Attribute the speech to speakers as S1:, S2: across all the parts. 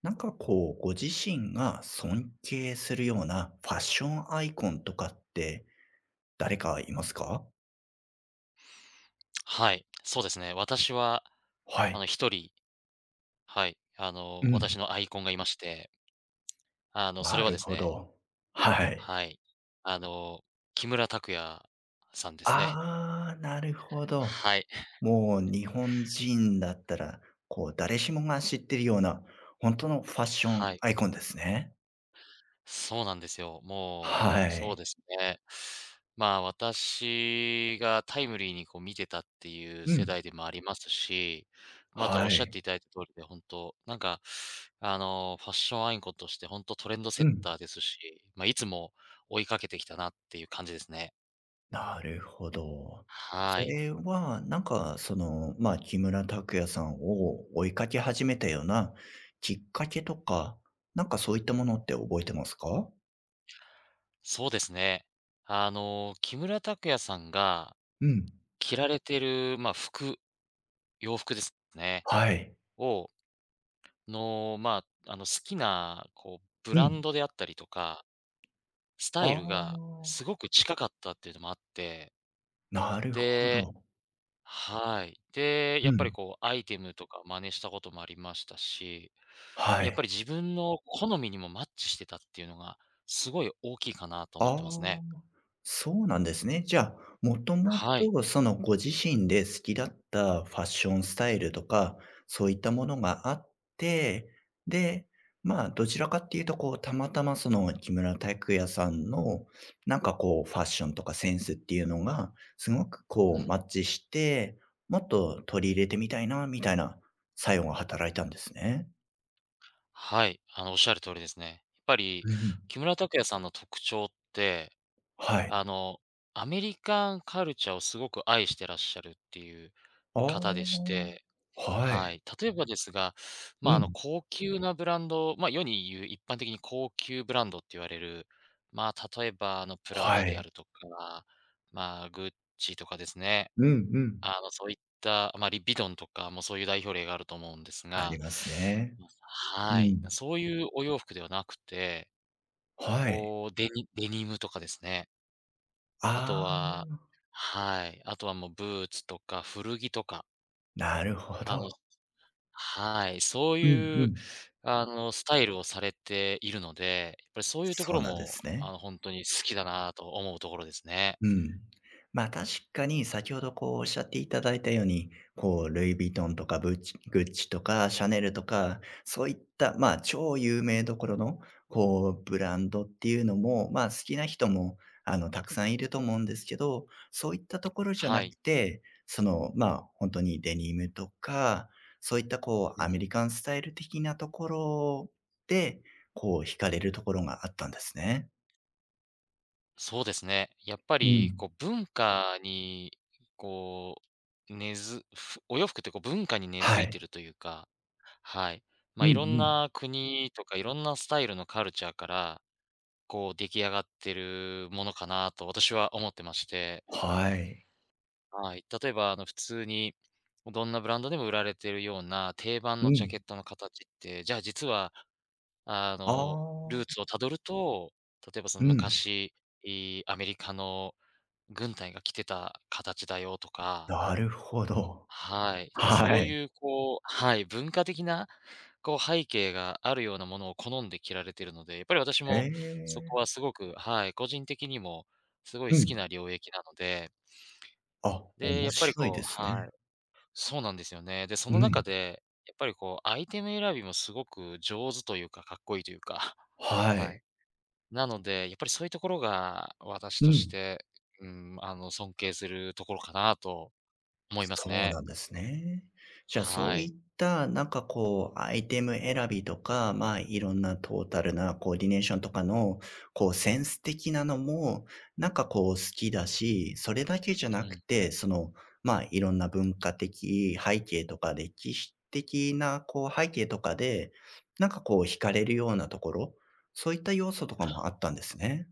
S1: なんかこう、ご自身が尊敬するようなファッションアイコンとかって誰かいますか？
S2: はい、そうですね。私は、
S1: はい。
S2: 一人、はい、
S1: う
S2: 私
S1: ん、
S2: のアイコンがいまして、それ
S1: な
S2: は
S1: る
S2: です
S1: ほ
S2: ね、
S1: ど。はい。
S2: はい、あの、木村拓哉さんですね。
S1: ああ、なるほど。
S2: はい、
S1: もう日本人だったら、こう誰しもが知ってるような、本当のファッショ
S2: は
S1: ン
S2: い。
S1: アイコンですね。
S2: そうなんですよ。も
S1: は
S2: う、そう
S1: い。
S2: ですね。まあ、私がタイムリーにこう見てたっていう
S1: う
S2: 世
S1: ん。
S2: 代でもありますし、ま、ああとはお
S1: は
S2: っしゃっ
S1: い。
S2: ていただいた通りで、本当なんか、ファッションアイコンとして本当トレンドセ
S1: う
S2: ッ
S1: ん。
S2: ターですし、まあ、いつも追いかけてきたなっていう感じですね。
S1: なるほど。そ
S2: はい。
S1: れは、なんか、その、まあ、木村拓哉さんを追いかけ始めたようなきっかけとか、なんかそういったものって覚えてますか？
S2: そうですね。あの、木村拓哉さんが
S1: うん。
S2: 着られてる、まあ、服、洋服ですね、
S1: はい。
S2: をの、まあ、好きな、こう、ブ
S1: う
S2: ラン
S1: ん。
S2: ドであったりとか、スタ
S1: あ
S2: イ
S1: あ、
S2: ルがすごく近かったっていうのもあって、
S1: なるほ
S2: で
S1: ど。
S2: はい。で、や
S1: う
S2: っぱり
S1: ん。
S2: こうアイテムとか真似したこともありましたし、
S1: は
S2: やっぱ
S1: い。
S2: り自分の好みにもマッチしてたっていうのが、すごい大きいかなと思っ
S1: あ
S2: てますね。
S1: あ、そうなんですね。じゃあ、もとも
S2: はい。
S1: とそのご自身で好きだったファッションスタイルとか、そういったものがあって、で、まあ、どちらかっていうとこう、たまたまその木村拓哉さんの、なんかこう、ファッションとかセンスっていうのが、すごく
S2: う
S1: こう
S2: ん。
S1: マッチして、もっと取り入れてみたいなみたいな作用が働いたんですね。
S2: はい。あの、おっしゃる通りですね。やっぱり
S1: うん。
S2: 木村拓哉さんの特徴って、
S1: はい。
S2: あの、アメリカンカルチャーをすごく愛してらっしゃるっていう
S1: あ
S2: 方でし
S1: あ。
S2: て、
S1: は
S2: は
S1: い。
S2: い。例えばですが、ま
S1: う
S2: あ、
S1: ん。
S2: 高級なブランド、ま、あ世に言う一般的に高級ブランドって言われる、まあ、例えば、プラダ
S1: は
S2: であ
S1: い。
S2: るとか、まあ、グッチとかですね。
S1: うんうん。
S2: あの、そういった、ま、あリビドンとかもそういう代表例があると思うんです
S1: あ
S2: が、
S1: りますね。う
S2: はい。
S1: ん。
S2: そういうお洋服ではなくて、
S1: はい。
S2: こう、デニムとかですね。あと
S1: ああ、
S2: ははい。あとはもうブーツとか古着とか、
S1: なるほ
S2: あの
S1: ど。
S2: はい、そう
S1: うん
S2: い
S1: う
S2: う、
S1: ん。
S2: スタイルをされているので、やっぱりそういうとこ
S1: そ
S2: ろ
S1: うなんで
S2: も、
S1: すね。
S2: ほんとに好きだなと思うところですね。
S1: うん。ま、確かに先ほどこうおっしゃっていただいたように、こうルイ・ヴィトンとかブッチグッチとかシャネルとか、そういった、ま、超有名どころのこうブランドっていうのも、ま、好きな人もあの、たくさんいると思うんですけど、そういったところじゃ
S2: は
S1: な
S2: い。
S1: くて、その、ま、あ本当にデニムとか、そういったこ
S2: う
S1: うアメ
S2: ん。
S1: リカンスタイル的なところで、こう惹かれるところがあったんですね。
S2: そうですね。やっぱ
S1: う
S2: り、こ
S1: ん。
S2: う、文化に、こう、根づふお洋服ってこう文化に根
S1: は
S2: 付いて
S1: い。
S2: るというか、はい。ま、
S1: う
S2: い
S1: んう
S2: ろん
S1: ん。
S2: な国とかいろんなスタイルのカルチャーから、こう、出来上がってるものかなと私は思ってまして
S1: はい。
S2: はい。例えば、普通に、どんなブランドでも売られてるような定番
S1: う
S2: のジャ
S1: ん。
S2: ケットの形って、じゃあ実は、あ
S1: あ
S2: の、ルーツを
S1: あ、
S2: たどると、例えばその
S1: うん。
S2: 昔、いアメリカの軍隊が着てた形だよとか、
S1: なるほど。
S2: はい。なんか
S1: は
S2: そう
S1: い。
S2: いう、こうはい、文化的な、こう、背景があるようなものを好んで着られてるので、やっぱり私
S1: へ
S2: もそこ
S1: え。
S2: はすごくはい、個人的にもすごい
S1: う
S2: 好き
S1: ん。
S2: な領域なので、
S1: あ、
S2: で、や
S1: 面
S2: っぱり
S1: 白い
S2: こ
S1: で
S2: う
S1: す
S2: は
S1: ね。
S2: い。そうなんですよね。で、そ
S1: う
S2: の中
S1: ん。
S2: で、やっぱりこう、アイテム選びもすごく上手というか、かっこいいというか、
S1: は
S2: はい。
S1: い。
S2: なので、やっぱりそういうところが私
S1: う
S2: とし
S1: ん。
S2: て、うん、尊敬するところかなと思います
S1: そう
S2: ね。
S1: なんですね。じゃあ、そ
S2: は
S1: うい
S2: い。
S1: った、なんかこう、アイテム選びとか、まあ、いろんなトータルなコーディネーションとかの、こう、センス的なのも、なんかこう、好きだし、それだけじゃ
S2: う
S1: なく
S2: ん。
S1: て、その、まあ、いろんな文化的背景とか、歴史的な、こう、背景とかで、なんかこう、惹かれるようなところ、そういった要素とかもあったんですね。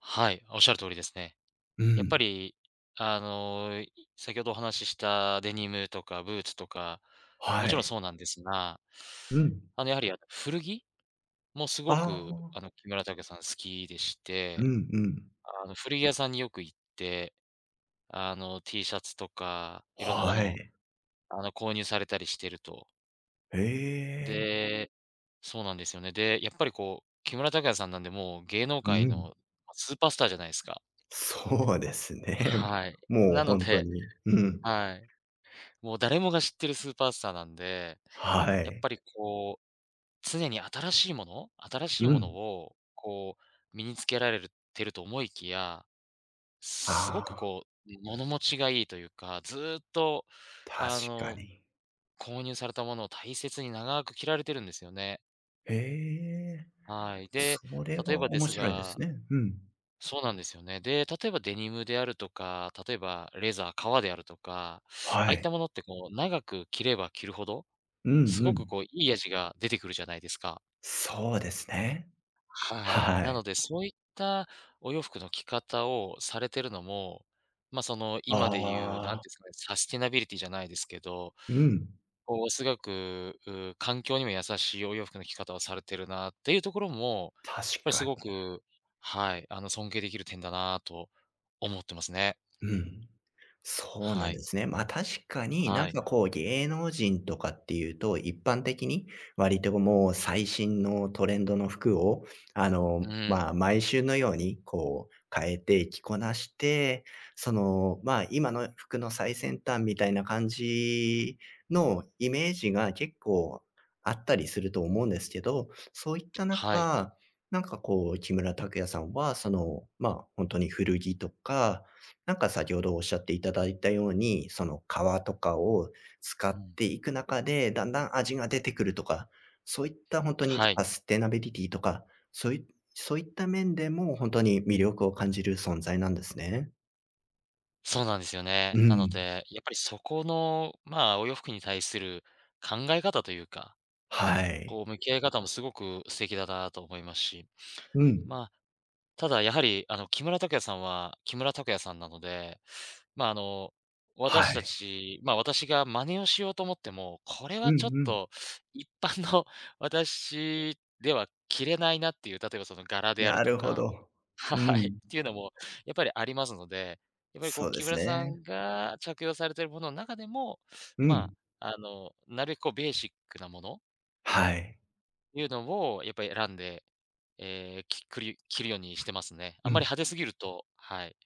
S2: はい、おっしゃる通りですね。
S1: う
S2: やっぱ
S1: ん。
S2: り、あの、い先ほどお話ししたデニムとかブーツとか、も
S1: は
S2: ちろん
S1: い。
S2: そうなんですが、
S1: うん。
S2: やはり、古着もすご
S1: あ
S2: く、
S1: あ。
S2: 木村拓哉さん好きでし
S1: う
S2: て
S1: んうん。
S2: あの、古着屋さんによく行って、T シャツとか、いろんなもの
S1: は
S2: を、
S1: い。
S2: 購入されたりしてると。
S1: へえ、
S2: でそうなんですよね。で、やっぱりこう、木村拓哉さんなんで、もう芸能
S1: う
S2: 界
S1: ん。
S2: のスーパースターじゃないですか。
S1: そうですね。
S2: はい。
S1: もう
S2: なの
S1: ほんと
S2: で
S1: に。うん。
S2: はい。もう誰もが知ってるスーパースターなんで、
S1: は
S2: やっ
S1: い。
S2: ぱりこう、常に新しいもの新しい
S1: う
S2: もの
S1: ん。
S2: を、こう、身につけられるてると思いきやすご
S1: あ
S2: く
S1: あ、
S2: こう、物持ちがいいというか、ずーっと、
S1: 確
S2: あ
S1: か
S2: の、
S1: に。
S2: 購入されたものを大切に長く着られてるんですよね。
S1: へえ、
S2: はい。で、
S1: それ
S2: 例
S1: は
S2: えばで
S1: 面
S2: す
S1: 白いです
S2: が
S1: ね。うん。
S2: そうなんですよね。で、例えばデニムであるとか、例えばレザー、革であるとか、ああ
S1: は
S2: いっ
S1: い。
S2: たものってこう長く着れば着るほど、
S1: うん
S2: す
S1: う
S2: ごく
S1: ん。
S2: こういい味が出てくるじゃないですか。
S1: そうですね。
S2: はい。
S1: は
S2: な
S1: い。
S2: ので、そういったお洋服の着方をされてるのも、まあ、その、今で言う、なん
S1: ああ、
S2: ていうんですかね、サスティナビリティじゃないですけど、
S1: うん。
S2: こう、すごく、う、環境にも優しいお洋服の着方をされてるなっていうところも、やっ
S1: 確
S2: ぱりす
S1: かに。
S2: ごく、はい、尊敬できる点だなと思ってますね。
S1: うん。そうな
S2: は
S1: んで
S2: い。
S1: すね。まあ、確かにな
S2: は
S1: ん
S2: い。
S1: かこう芸能人とかっていうと、一般的に割ともう最新のトレンドの服を、あ
S2: う
S1: の、
S2: ん。
S1: まあ、毎週のようにこう変えて着こなして、その、まあ、今の服の最先端みたいな感じのイメージが結構あったりすると思うんですけど、そういった
S2: はい。
S1: 中、なんかこう木村拓哉さんは、その、まあ、本当に古着とかなんか先ほどおっしゃっていただいたように、その皮とかを使
S2: う
S1: っ
S2: ん。
S1: ていく中で、だんだん味が出てくるとか、そういった本当に
S2: はい。
S1: サステナビリティとか、そういった面でも本当に魅力を感じる存在なんですね。
S2: そうなんですよ
S1: う
S2: ね。なの
S1: ん。
S2: で、やっぱりそこの、まあ、お洋服に対する考え方というか
S1: はい。
S2: こう向き合い方もすごく素敵だなと思いますし、
S1: うん。
S2: まあ、ただやはり、木村拓哉さんは木村拓哉さんなので、まあ、あの、
S1: は
S2: 私た
S1: い。
S2: ち、まあ、私が真似をしようと思っても、これ
S1: う
S2: は
S1: ん
S2: ちょっ
S1: うん。
S2: と一般の 私では着れないなっていう、例えばその柄である
S1: な
S2: と
S1: るほ
S2: か、
S1: ど。う
S2: はい、
S1: ん。
S2: っていうのもやっぱりありますので、やっぱりこう
S1: そうで
S2: 木
S1: す
S2: 村さ
S1: ね。
S2: んが着用されているものの中でも、
S1: う
S2: ま
S1: ん。
S2: あ、なるべくこうベーシックなもの
S1: はい。
S2: いうのをやっぱり選んで、えーきくり着るようにしてますね。あ
S1: う
S2: んまり
S1: ん。
S2: 派手すぎると、はい、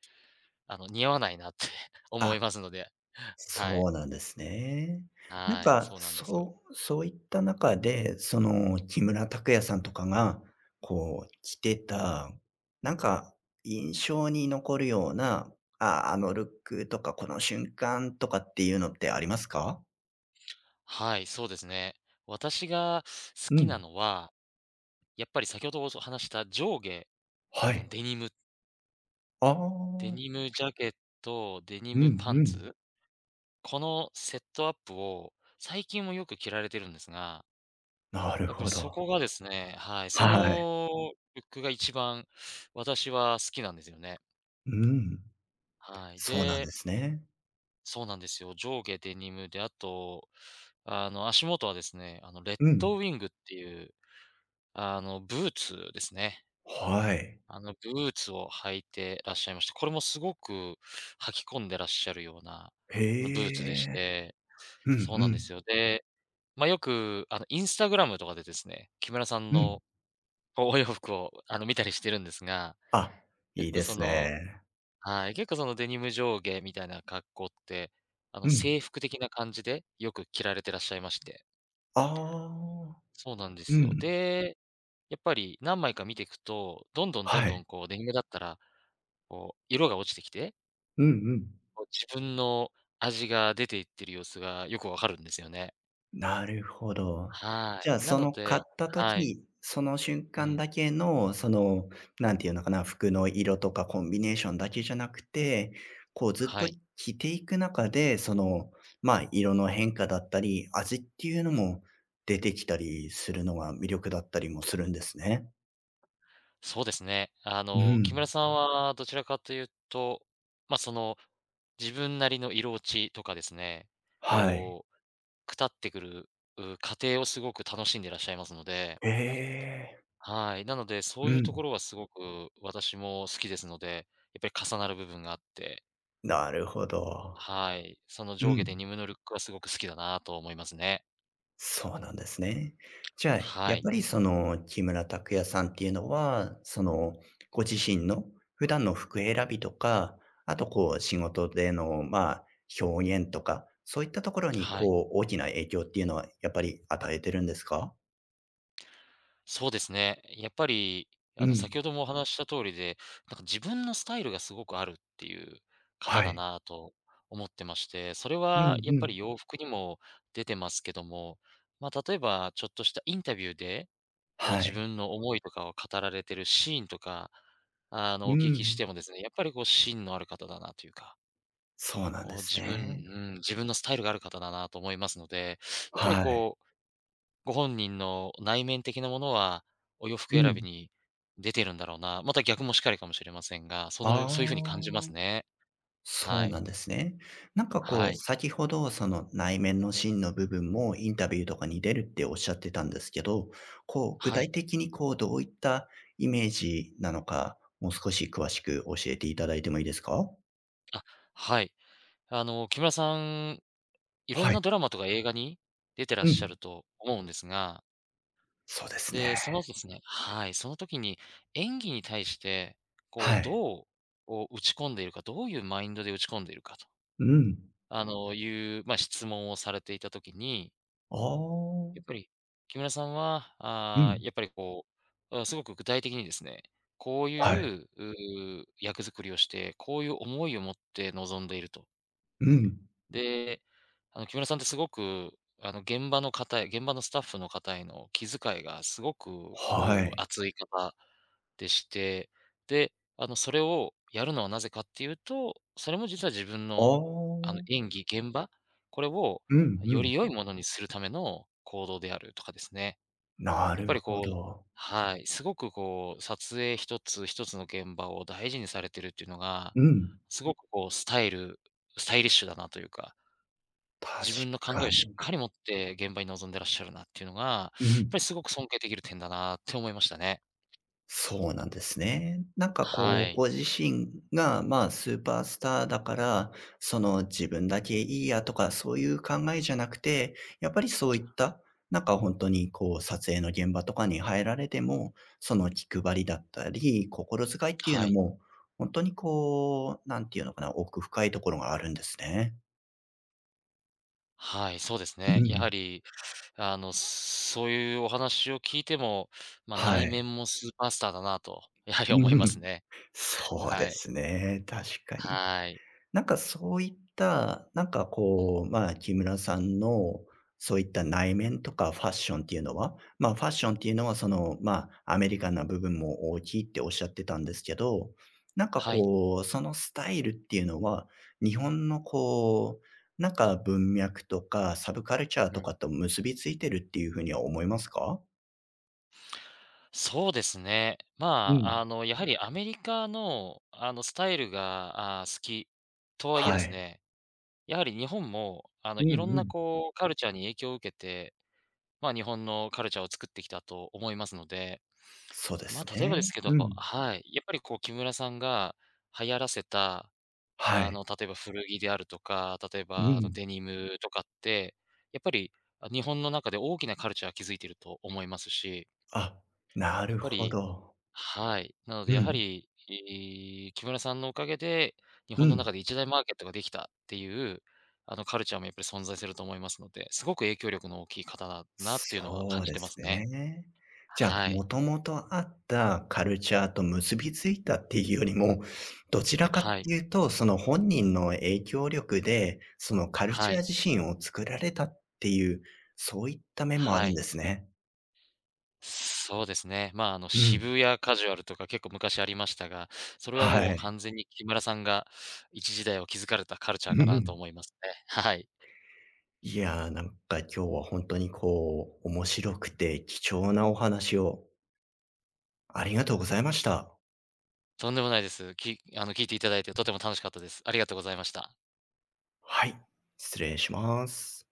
S2: 似合わないなって 思
S1: あ
S2: いますので。はい、
S1: そうなんですね。なん
S2: はい、
S1: か、
S2: そうなんですよ。
S1: そう、そういった中で、その、木村拓哉さんとかが、こう、着てた、なんか、印象に残るような、あ、あのルックとか、この瞬間とかっていうのってありますか？
S2: はい、そうですね。私が好
S1: う
S2: きな
S1: ん、
S2: のは、やっぱり先ほどお話した上下、
S1: は
S2: あの、
S1: い。
S2: デニム
S1: あ
S2: デ
S1: あ、
S2: ニムジャケット、デニ
S1: う
S2: ム
S1: ん
S2: パン
S1: うん。
S2: ツ、このセットアップを最近もよく着られてるんですが
S1: なる
S2: やっぱり
S1: ほ
S2: そ
S1: ど。
S2: こがですね、はい、そ
S1: はい。
S2: のブックが一番私は好きなんですよね。
S1: うん。
S2: はい。
S1: そうなん
S2: で、
S1: ですね。
S2: そうなんですよ。上下デニムで、あと、足元はですね、レッ
S1: う
S2: ド
S1: ん。
S2: ウィングっていう、ブーツですね。
S1: はい。
S2: あの、ブーツを履いてらっしゃいまして、これもすごく履き込んでらっしゃるような、ブーツ
S1: へ
S2: でし
S1: え。
S2: て、
S1: うんう
S2: そうなんで
S1: ん。
S2: すよ。で、まあ、よく、インスタグラムとかでですね、木村さん
S1: うん。
S2: のお洋服を、見たりしてるんですが、
S1: あ、い
S2: 結
S1: い
S2: 構
S1: で
S2: そ
S1: す
S2: の
S1: ね。
S2: はい、結構そのデニム上下みたいな格好って、
S1: うん。
S2: 制服的な感じでよく着られてらっしゃいまして。
S1: ああ、
S2: そうなんで
S1: う
S2: すよ。
S1: ん。
S2: で、やっぱり何枚か見ていくと、どんどんどん
S1: は
S2: ど
S1: い。
S2: んこうデニムだったら、こう色が落ちてきて、
S1: うんうん。
S2: こう自分の味が出ていってる様子がよくわかるんですよね。
S1: なるほど。
S2: は
S1: じゃあ、
S2: い。な
S1: そ
S2: の
S1: の買っ
S2: で
S1: た
S2: はい。
S1: 時、その瞬
S2: う
S1: 間
S2: ん。
S1: だけの、その、なんていうのかな、服の色とかコンビネーションだけじゃなくて、こうずっ
S2: は
S1: と
S2: い。
S1: 着ていく中で、その、まあ、色の変化だったり、味っていうのも出てきたりするのが魅力だったりもするんですね。
S2: そうですね。あ
S1: う
S2: の、木村
S1: ん。
S2: さんはどちらかというと、まあ、その、自分なりの色落ちとかですね、
S1: はい。
S2: こう、くたってくる、う過程をすごく楽しんでいらっしゃいますので、
S1: ええ。
S2: はい。なので、そう
S1: う
S2: いうとこ
S1: ん。
S2: ろはすごく私も好きですので、やっぱり重なる部分があって、
S1: なるほど。
S2: はい。その
S1: う
S2: 上下で
S1: ん。
S2: ニムのルックはすごく好きだなと思いますね。
S1: そうなんですね。じゃあ、
S2: は
S1: やっ
S2: い。
S1: ぱりその木村拓哉さんっていうのは、そのご自身の普段の服選びとか、あとこう仕事でのまあ、表現とか、そういったところに
S2: はい。
S1: こう大きな影響っていうのはやっぱり与えてるんですか？
S2: そうですね。やっぱり、
S1: う
S2: 先
S1: ん。
S2: ほどもお話しした通りで、なんか自分のスタイルがすごくあるっていう方
S1: は
S2: だ
S1: い。
S2: なと思ってまして、それ
S1: う
S2: は
S1: ん
S2: やっ
S1: う
S2: ぱり
S1: ん。
S2: 洋服にも出てますけども、まあ、例えばちょっとしたインタビューで、
S1: は
S2: 自
S1: い。
S2: 分の思いとかを語られてるシーンとか、
S1: う
S2: お聞きし
S1: ん。
S2: てもですね、やっぱりこう芯のある方だなというか、
S1: そうなんで
S2: お
S1: す
S2: 自分
S1: ね。
S2: うん、自分のスタイルがある方だなと思いますので、やっぱり
S1: はい。
S2: こうご本人の内面的なものは、お洋
S1: う
S2: 服選び
S1: ん。
S2: に出てるんだろうな、また逆もしかりかもしれませんが、そ
S1: あ
S2: のそういう風に感じます
S1: あ。
S2: ね。
S1: そ
S2: は
S1: う
S2: い。
S1: なんですね。なんかこ
S2: は
S1: う、
S2: い。
S1: 先ほどその内面の芯の部分もインタビューとかに出るっておっしゃってたんですけど、こう、具
S2: は
S1: 体
S2: い。
S1: 的にこう、どういったイメージなのか、もう少し詳しく教えていただいてもいいですか？
S2: あ、はい。木村さん、いろん
S1: はい。
S2: なドラマとか映画に出てらっ
S1: う
S2: しゃる
S1: ん。
S2: と思うんですが、
S1: そうです
S2: で、その
S1: ね。
S2: ですねはい、その時に演技に対して、こ
S1: は
S2: う、
S1: い。
S2: どう、こう、打ち込んでいるか、どういうマインドで打ち込んでいるかと、
S1: うん。
S2: あの、いう、ま、質問をされていた時に
S1: あ
S2: やっ
S1: あ。
S2: ぱり、木村さんは、
S1: うん。
S2: やっぱりこう、あ、すごく具体的にですね、こう
S1: はい。
S2: いう、う、役作りをして、こういう思いを持って臨んでいると。
S1: うん。
S2: で、木村さんってすごく、あの現場のスタッフの方への気遣いがすごく、
S1: はい。
S2: 熱い方でして、で、それをやるのはなぜかっていうと、それも実は自分
S1: あ
S2: の、
S1: あ。
S2: 演技、現場、これを
S1: うんう
S2: より
S1: ん。
S2: 良いものにするための行動であるとかですね。
S1: な
S2: やっ
S1: る
S2: ぱり
S1: ほ
S2: こう
S1: ど。
S2: はい、すごくこう撮影一つ一つの現場を大事にされてるっていうのが、
S1: うん。
S2: すごくこうスタイリッシュだなというか。
S1: 確
S2: 自分の考えを
S1: か
S2: しっ
S1: に。
S2: かり持って現場に臨んでらっしゃるなっていうのが、やっ
S1: うん。
S2: ぱりすごく尊敬できる点だなって思いましたね。
S1: そうなんですね。なんか
S2: は
S1: こう、
S2: い。
S1: ご自身が、まあ、スーパースターだから、その自分だけいいやとか、そういう考えじゃなくて、やっぱりそういった、なんか本当にこう、撮影の現場とかに入られても、その気配りだったり、心遣いっていう
S2: は
S1: の
S2: い。
S1: も、本当にこう、なんていうのかな、奥深いところがあるんですね。
S2: はい、そうです
S1: う
S2: ね。やは
S1: ん。
S2: り、そういうお話を聞いても、まあ、
S1: は
S2: 内
S1: い。
S2: 面もスーパースターだなと、やはり思い
S1: う
S2: ます
S1: ん。
S2: ね。
S1: そう
S2: は
S1: で
S2: い。
S1: すね。確かに。
S2: はい。
S1: なんかそういった、なんか
S2: うん。
S1: こう、まあ、木村さんのそういった内面とかファッションっていうのは、まあ、ファッションっていうのはその、まあ、アメリカンな部分も大きいっておっしゃってたんですけど、なんか
S2: はい。
S1: こう、そのスタイルっていうのは、日本のこう、なんか文脈とかサブカルチャー
S2: う
S1: と
S2: ん。
S1: かと結びついてるっていうふうには思いますか？
S2: そうですね。ま
S1: うん。
S2: あ、やはりアメリカの、スタイルが、好きとはいえで
S1: は
S2: す
S1: い。
S2: ね、やはり日本も、
S1: うん
S2: いろん
S1: う
S2: な
S1: ん。
S2: こうカルチャーに影響を受けて、まあ、日本のカルチャーを作ってきたと思いますので、
S1: そうで
S2: ま
S1: す
S2: あ、例えばで
S1: ね。
S2: すけど
S1: うん。
S2: はい、やっぱりこう木村さんが流行らせた、
S1: はい。
S2: 例えば古着であるとか、例え
S1: う
S2: ばあの
S1: ん。
S2: デニムとかって、やっぱり、日本の中で大きなカルチャーを築いていると思いますし、
S1: あ、な
S2: やっ
S1: る
S2: ぱ
S1: ほ
S2: り
S1: ど。
S2: はい。なので
S1: う
S2: やは
S1: ん、
S2: り、木村さんのおかげで、日
S1: う
S2: 本の
S1: ん。
S2: 中で一大マーケットができたっていう、カルチャーもやっぱり存在すると思いますので、すごく影響力の大きい方だなっていうのは
S1: そ
S2: 感
S1: う
S2: じ
S1: で
S2: てま
S1: す
S2: すね。
S1: ね。じゃあ、
S2: は
S1: も
S2: い。
S1: ともとあったカルチャーと結びついたっていうよりも、どちらかっ
S2: は
S1: て
S2: い。
S1: いうと、その本人の影響力で、そのカル
S2: は
S1: チャー
S2: い。
S1: 自身を作られたっていう、そういった面もあ
S2: は
S1: るん
S2: い。
S1: ですね。
S2: そうですね。まあ、
S1: うん。
S2: 渋谷カジュアルとか結構昔ありましたが、それは
S1: は
S2: もう
S1: い。
S2: 完全に木村さんが一時代を築かれたカルチ
S1: う
S2: ャーか
S1: んう
S2: なと
S1: ん。
S2: 思いますね。はい。
S1: いやー、なんか今日は本当にこう、面白くて貴重なお話をありがとうございました。
S2: とんでもないです。きあの、聞いていただいてとても楽しかったです。ありがとうございました。
S1: はい、失礼します。